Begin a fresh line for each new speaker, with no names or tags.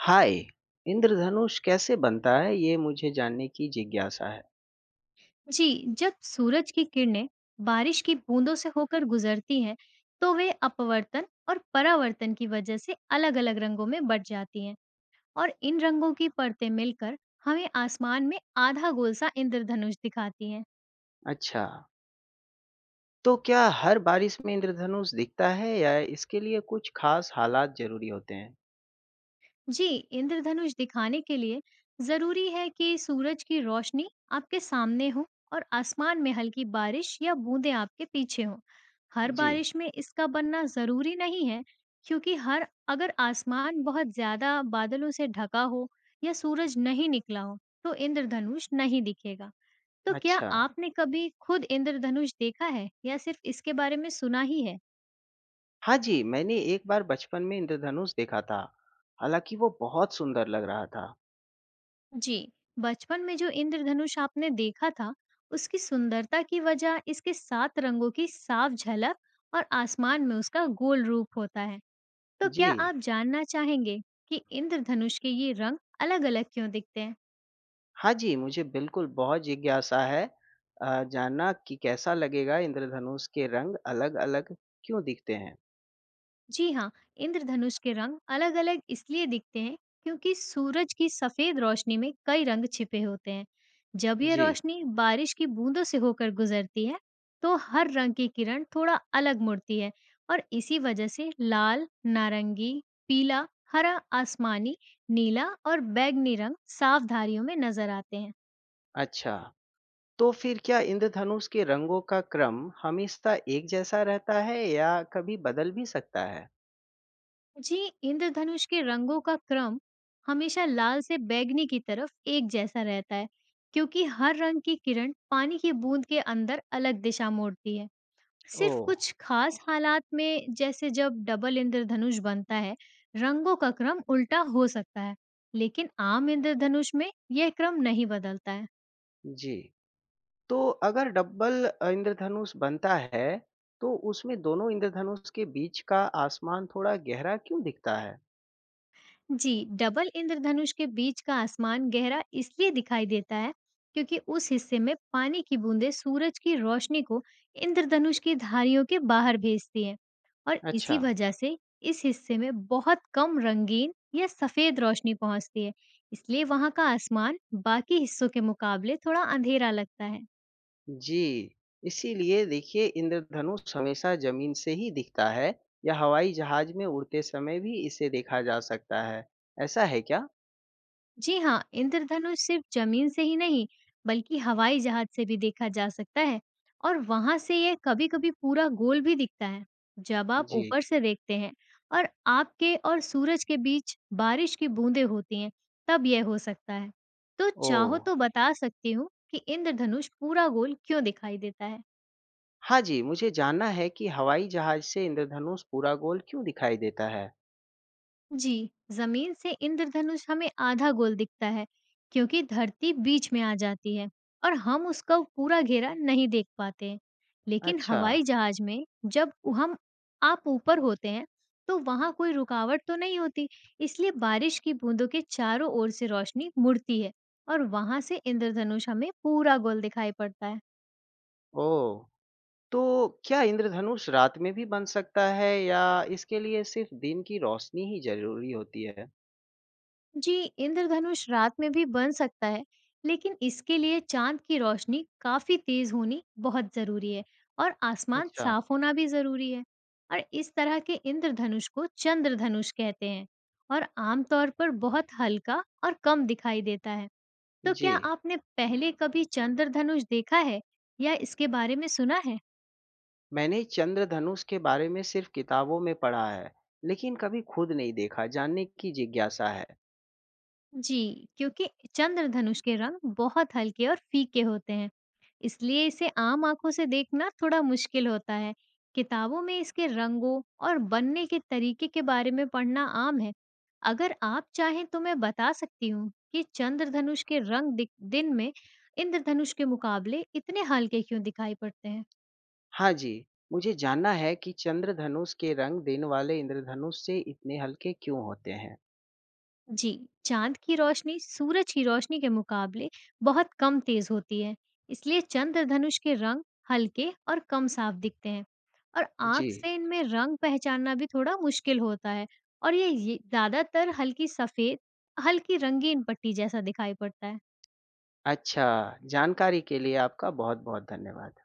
हाय! इंद्रधनुष कैसे बनता है, ये मुझे जानने की जिज्ञासा है।
जी, जब सूरज की किरणें बारिश की बूंदों से होकर गुजरती हैं, तो वे अपवर्तन और परावर्तन की वजह से अलग-अलग रंगों में बट जाती हैं और इन रंगों की परतें मिलकर हमें आसमान में आधा गोल सा इंद्रधनुष दिखाती हैं।
अच्छा, तो क्या हर बारिश में इंद्रधनुष दिखता है या इसके लिए कुछ खास हालात ज़रूरी होते हैं?
जी, इंद्रधनुष दिखाने के लिए जरूरी है कि सूरज की रोशनी आपके सामने हो और आसमान में हल्की बारिश या बूंदें आपके पीछे हो। हर
जी,
बारिश में इसका बनना जरूरी नहीं है क्योंकि हर अगर आसमान बहुत ज्यादा बादलों से ढका हो या सूरज नहीं निकला हो तो इंद्रधनुष नहीं दिखेगा। तो क्या
अच्छा।
आपने कभी खुद इंद्रधनुष देखा है या सिर्फ इसके बारे में सुना ही है?
हाँ जी, मैंने एक बार बचपन में इंद्रधनुष देखा था, हालाँकि वो बहुत सुंदर लग रहा था।
जी, बचपन में जो इंद्रधनुष आपने देखा था, उसकी सुंदरता की वजह इसके 7 रंगों की साफ झलक और आसमान में उसका गोल रूप होता है। तो
जी।
क्या आप जानना चाहेंगे कि इंद्रधनुष के ये रंग अलग-अलग क्यों दिखते हैं?
हाँ जी, मुझे बिल्कुल बहुत जिज्ञासा है जानना कि कैसा लगेगा इंद्रधनुष के रंग अलग-अलग क्यों दिखते हैं?
जी हाँ, इंद्रधनुष के रंग अलग-अलग इसलिए दिखते हैं क्योंकि सूरज की सफेद रोशनी में कई रंग छिपे होते हैं। जब यह
जी,
रोशनी बारिश की बूंदों से होकर गुजरती है, तो हर रंग की किरण थोड़ा अलग मुड़ती है और इसी वजह से लाल, नारंगी, पीला, हरा, आसमानी, नीला और बैंगनी रंग साफ धारियों में नजर आते हैं।
अच्छा। तो फिर क्या इंद्रधनुष के रंगों का क्रम हमेशा एक जैसा रहता है या कभी बदल भी सकता है?
जी, इंद्रधनुष के रंगों का क्रम हमेशा लाल से बैंगनी की तरफ एक जैसा रहता है क्योंकि हर रंग की किरण पानी की बूंद के अंदर अलग दिशा मोड़ती है। सिर्फ
ओह!
कुछ खास हालात में जैसे जब डबल इंद्रधनुष बनता है, रंगों का क्रम उल्टा हो सकता है, लेकिन आम इंद्रधनुष में यह क्रम नहीं बदलता है।
जी। तो अगर डबल इंद्रधनुष बनता है, तो उसमें दोनों इंद्रधनुष के बीच का आसमान थोड़ा गहरा क्यों दिखता है?
जी, डबल इंद्रधनुष के बीच का आसमान गहरा इसलिए दिखाई देता है क्योंकि उस हिस्से में पानी की बूंदें सूरज की रोशनी को इंद्रधनुष की धारियों के बाहर भेजती हैं और
अच्छा।
इसी वजह से इस हिस्से में बहुत कम रंगीन या सफेद रोशनी पहुंचती है, इसलिए वहां का आसमान बाकी हिस्सों के मुकाबले थोड़ा अंधेरा लगता है।
जी। इसीलिए देखिए इंद्रधनुष हमेशा ज़मीन से ही दिखता है या हवाई जहाज़ में उड़ते समय भी इसे देखा जा सकता है। ऐसा है क्या?
जी हाँ, इंद्रधनुष सिर्फ जमीन से ही नहीं, बल्कि हवाई जहाज से भी देखा जा सकता है और वहां से यह कभी-कभी पूरा गोल भी दिखता है। जब आप
जी।
ऊपर से देखते हैं और आपके और सूरज के बीच बारिश की बूंदें होती हैं, तब यह हो सकता है। तो
ओह!
चाहो तो बता सकती हूँ कि इंद्रधनुष पूरा गोल क्यों दिखाई देता है।
हाँ जी, मुझे जानना है कि हवाई जहाज से इंद्रधनुष पूरा गोल क्यों दिखाई देता है?
जी, जमीन से इंद्रधनुष हमें आधा गोल दिखता है क्योंकि धरती बीच में आ जाती है और हम उसका पूरा घेरा नहीं देख पाते हैं। लेकिन
अच्छा,
हवाई जहाज में जब उ- हम आप ऊपर होते हैं तो वहां कोई रुकावट तो नहीं होती, इसलिए बारिश की बूंदों के चारों ओर से रोशनी मुड़ती है और वहां से इंद्रधनुष हमें पूरा गोल दिखाई पड़ता है।
ओह! तो क्या इंद्रधनुष रात में भी बन सकता है या इसके लिए सिर्फ दिन की रोशनी ही ज़रूरी होती है?
जी, इंद्रधनुष रात में भी बन सकता है, लेकिन इसके लिए चांद की रोशनी काफी तेज होनी बहुत जरूरी है और आसमान
अच्छा,
साफ होना भी जरूरी है। और इस तरह के इंद्रधनुष को चंद्रधनुष कहते हैं और आमतौर पर बहुत हल्का और कम दिखाई देता है। तो
जी।
क्या आपने पहले कभी चंद्रधनुष देखा है या इसके बारे में सुना है?
मैंने चंद्रधनुष के बारे में सिर्फ किताबों में पढ़ा है, लेकिन कभी खुद नहीं देखा, जानने की जिज्ञासा है।
जी, क्योंकि चंद्रधनुष के रंग बहुत हल्के और फीके होते हैं, इसलिए इसे आम आँखों से देखना थोड़ा मुश्किल होता है। किताबों में इसके रंगों और बनने के तरीके के बारे में पढ़ना आम है। अगर आप चाहें तो मैं बता सकती हूँ कि चंद्रधनुष के रंग दिक दिन में इंद्रधनुष के मुकाबले इतने हल्के क्यों दिखाई पड़ते हैं?
हाँ जी, मुझे जानना है कि चंद्रधनुष के रंग दिन वाले इंद्रधनुष से इतने हल्के क्यों होते हैं?
जी, चाँद की रोशनी सूरज की रोशनी के मुकाबले बहुत कम तेज़ होती है, इसलिए चंद्रधनुष के रंग हल्के और कम साफ दिखते हैं और
जी।
आँख से इनमें रंग पहचानना भी थोड़ा मुश्किल होता है और ये ज़्यादातर हल्की सफ़ेद, हल्की रंगीन पट्टी जैसा दिखाई पड़ता है।
अच्छा, जानकारी के लिए आपका बहुत-बहुत धन्यवाद।